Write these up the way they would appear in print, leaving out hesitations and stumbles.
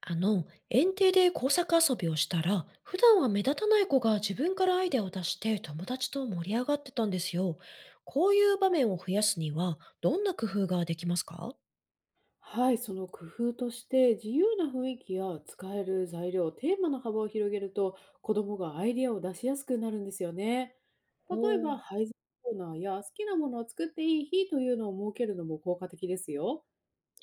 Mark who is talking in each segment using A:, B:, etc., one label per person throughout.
A: 園庭で工作遊びをしたら、普段は目立たない子が自分からアイデアを出して友達と盛り上がってたんですよ。こういう場面を増やすには、どんな工夫ができますか？
B: はい、その工夫として自由な雰囲気や使える材料、テーマの幅を広げると子どもがアイディアを出しやすくなるんですよね。
A: お
B: 例え
A: おー。
B: ば配膳コーナーや好きなものを作っていい日というのを設けるのも効果的ですよ。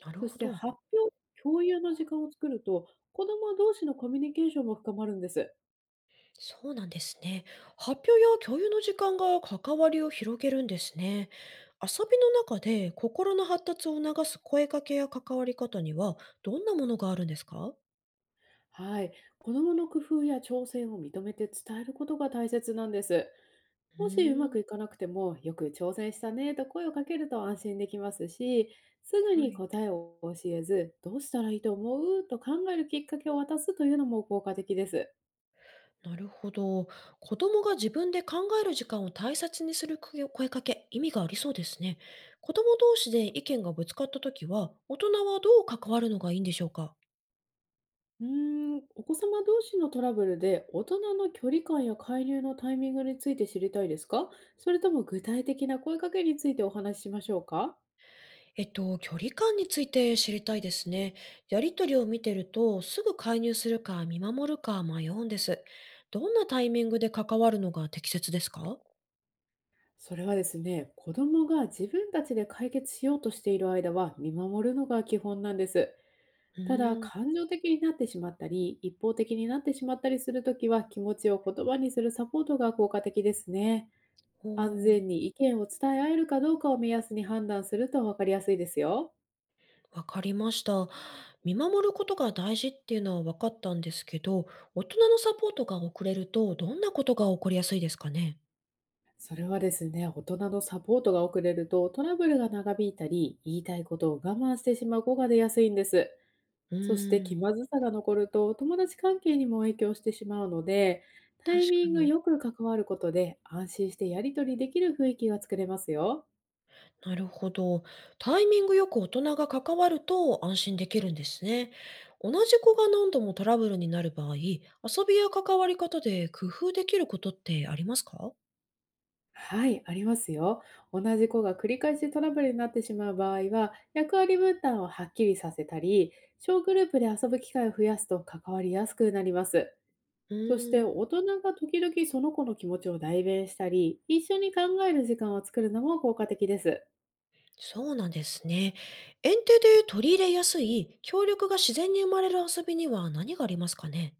A: なる
B: そし
A: ほ
B: て
A: ど。
B: 発表、共有の時間を作ると子ども同士のコミュニケーションも深まるんです。
A: そうなんですね。発表や共有の時間が関わりを広げるんですね。遊びの中で心の発達を促す声かけや関わり方には、どんなものがあるんですか？
B: はい、子どもの工夫や挑戦を認めて伝えることが大切なんです。
A: う
B: もしうま
A: ーん。
B: くいかなくても、よく挑戦したねと声をかけると安心できますし、すぐ
A: は
B: に
A: い。
B: 答えを教えず、どうしたらいいと思うと考えるきっかけを渡すというのも効果的です。
A: なるほど。子供が自分で考える時間を大切にする声かけ、意味がありそうですね。子供同士で意見がぶつかったときは、大人はどう関わるのがいいんでしょうか？
B: うーお子様同士のトラブルで大人の距離感や介入のタイミングについて知りたいですか？それとも具体的な声かけについてお話ししましょうか？
A: 距離感について知りたいですね。やりとりを見てると、すぐ介入するか見守るか迷うんです。どんなタイミングで関わるのが適切ですか？
B: それはですね、子供が自分たちで解決しようとしている間は見守るのが基本なんです。
A: う
B: ただ、
A: ーん。
B: 感情的になってしまったり、一方的になってしまったりするときは、気持ちを言葉にするサポートが効果的ですね。
A: ほ
B: 安
A: う。
B: 全に意見を伝え合えるかどうかを目安に判断すると分かりやすいですよ。
A: わかりました。見守ることが大事っていうのは分かったんですけど、大人のサポートが遅れると、どんなことが起こりやすいですかね？
B: それはですね、大人のサポートが遅れるとトラブルが長引いたり、言いたいことを我慢してしまう子が出やすいんです。
A: う
B: そして
A: ー
B: 気
A: ん。
B: まずさが残ると友達関係にも影響してしまうので、タイ
A: 確か
B: ミング
A: に。
B: よく関わることで安心してやり取りできる雰囲気が作れますよ。
A: なるほど。タイミングよく大人が関わると安心できるんですね。同じ子が何度もトラブルになる場合、遊びや関わり方で工夫できることってありますか？
B: はい、ありますよ。同じ子が繰り返しトラブルになってしまう場合は、役割分担をはっきりさせたり、小グループで遊ぶ機会を増やすと関わりやすくなります。
A: う
B: そし
A: ー
B: て、
A: ん。
B: 大人が時々その子の気持ちを代弁したり、一緒に考える時間を作るのも効果的です。
A: そうなんですね。園庭で取り入れやすい、協力が自然に生まれる遊びには何がありますかね？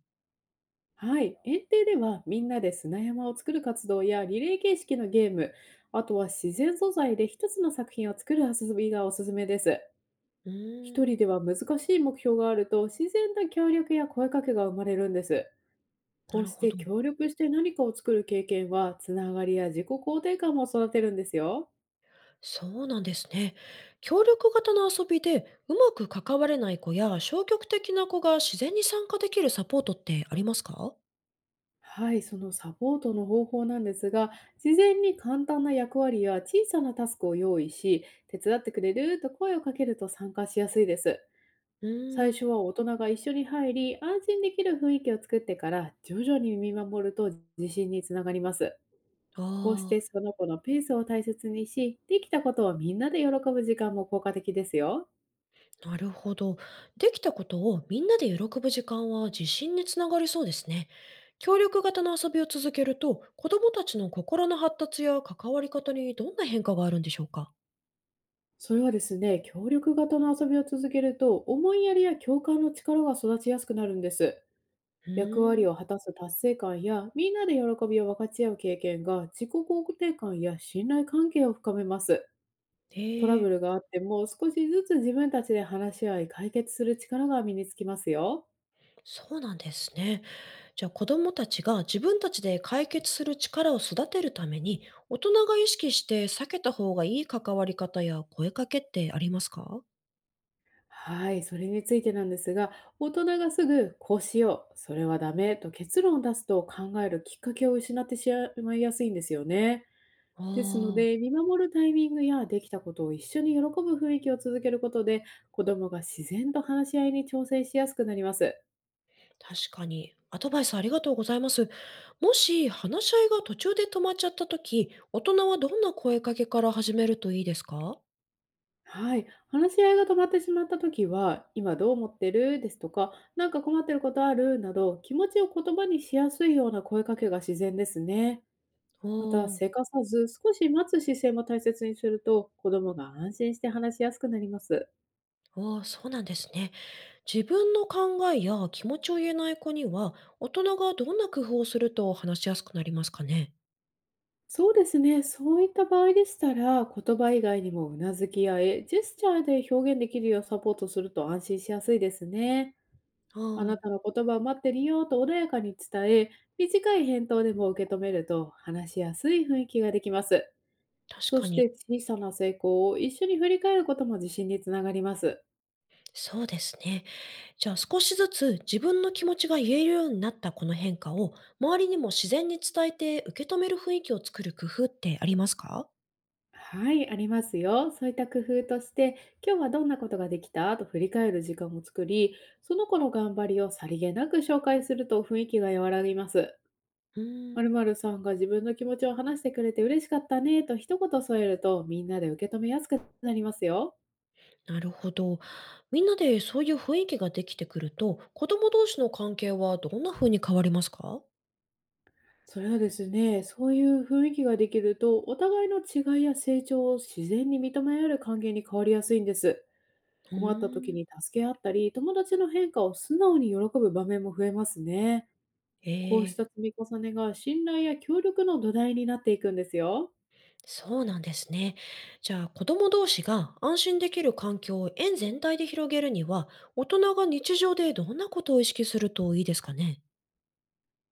B: はい、園庭ではみんなで砂山を作る活動やリレー形式のゲーム、あとは自然素材で一つの作品を作る遊びがおすすめです。
A: うーん。
B: 一人では難しい目標があると自然な協力や声かけが生まれるんです。
A: な
B: こう
A: る
B: し
A: ほ
B: て
A: ど。
B: 協力して何かを作る経験はつながりや自己肯定感も育てるんですよ。
A: そうなんですね。協力型の遊びでうまく関われない子や消極的な子が自然に参加できるサポートってありますか？
B: はい、そのサポートの方法なんですが、事前に簡単な役割や小さなタスクを用意し、手伝ってくれると声をかけると参加しやすいです。
A: う
B: 最
A: ーん。
B: 初は大人が一緒に入り、安心できる雰囲気を作ってから徐々に見守ると自信につながります。こうし
A: あ
B: てその子のペースを大切にし、できたことをみんなで喜ぶ時間も効果的ですよ。
A: あ、なるほど。できたことをみんなで喜ぶ時間は自信につながりそうですね。協力型の遊びを続けると、子どもたちの心の発達や関わり方にどんな変化があるんでしょうか？
B: それはですね、協力型の遊びを続けると、思いやりや共感の力が育ちやすくなるんです。
A: う
B: 役
A: ー
B: 割を
A: ん。
B: 果たす達成感や、みんなで喜びを分かち合う経験が、自己肯定感や信頼関係を深めます。トラ
A: え
B: ブ
A: え。
B: ルがあっても、少しずつ自分たちで話し合い、解決する力が身につきますよ。
A: そうなんですね。じゃあ子供たちが自分たちで解決する力を育てるために、大人が意識して避けた方がいい関わり方や声かけってありますか？
B: はい、それについてなんですが、大人がすぐこうしよう、それはダメと結論を出すと考えるきっかけを失ってしまいやすいんですよね。
A: あ
B: ですの
A: あ、
B: で、見守るタイミングやできたことを一緒に喜ぶ雰囲気を続けることで、子どもが自然と話し合いに挑戦しやすくなります。
A: 確かに。アドバイスありがとうございます。もし話し合いが途中で止まっちゃった時、大人はどんな声かけから始めるといいですか？
B: はい、話し合いが止まってしまった時は、今どう思ってるですとか、なんか困ってることあるなど、気持ちを言葉にしやすいような声かけが自然ですね。
A: お
B: また、
A: ー。
B: せかさず少し待つ姿勢も大切にすると、子供が安心して話しやすくなります。
A: おー、そうなんですね。自分の考えや気持ちを言えない子には、大人がどんな工夫をすると話しやすくなりますかね？
B: そうですね。そういった場合でしたら、言葉以外にもうなずきやジェスチャーで表現できるようサポートすると安心しやすいですね。
A: あ
B: あな
A: あ、
B: たの言葉を待ってるよと穏やかに伝え、短い返答でも受け止めると話しやすい雰囲気ができます。
A: 確
B: そ
A: か
B: し
A: に。
B: て小さな成功を一緒に振り返ることも自信につながります。
A: そうですね。じゃあ少しずつ自分の気持ちが言えるようになったこの変化を周りにも自然に伝えて受け止める雰囲気を作る工夫ってありますか？
B: はい、ありますよ。そういった工夫として、今日はどんなことができたと振り返る時間を作り、その子の頑張りをさりげなく紹介すると雰囲気が和らぎます。
A: うー
B: 〇
A: ん、
B: 〇さんが自分の気持ちを話してくれて嬉しかったねと一言添えるとみんなで受け止めやすくなりますよ。
A: なるほど。みんなでそういう雰囲気ができてくると子供同士の関係はどんな風に変わりますか？
B: それはですね、そういう雰囲気ができると、お互いの違いや成長を自然に認め合える関係に変わりやすいんです。
A: う
B: 困った時
A: ーん。
B: に助け合ったり、友達の変化を素直に喜ぶ場面も増えますね。
A: え
B: こうし
A: え。
B: た積み重ねが信頼や協力の土台になっていくんですよ。
A: そうなんですね。じゃあ子供同士が安心できる環境を園全体で広げるには大人が日常でどんなことを意識するといいですかね？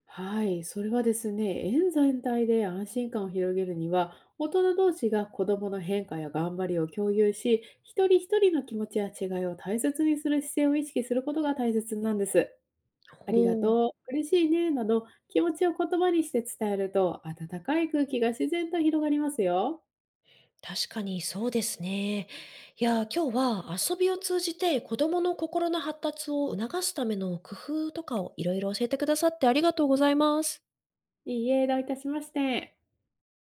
B: はい、それはですね、園全体で安心感を広げるには、大人同士が子どもの変化や頑張りを共有し、一人一人の気持ちや違いを大切にする姿勢を意識することが大切なんです。ありが
A: ほう。
B: とう、嬉しいね、など気持ちを言葉にして伝えると、温かい空気が自然と広がりますよ。
A: 確かにそうですね。いや、今日は遊びを通じて子供の心の発達を促すための工夫とかをいろいろ教えてくださってありがとうございます。
B: いいえ、どういたしまして。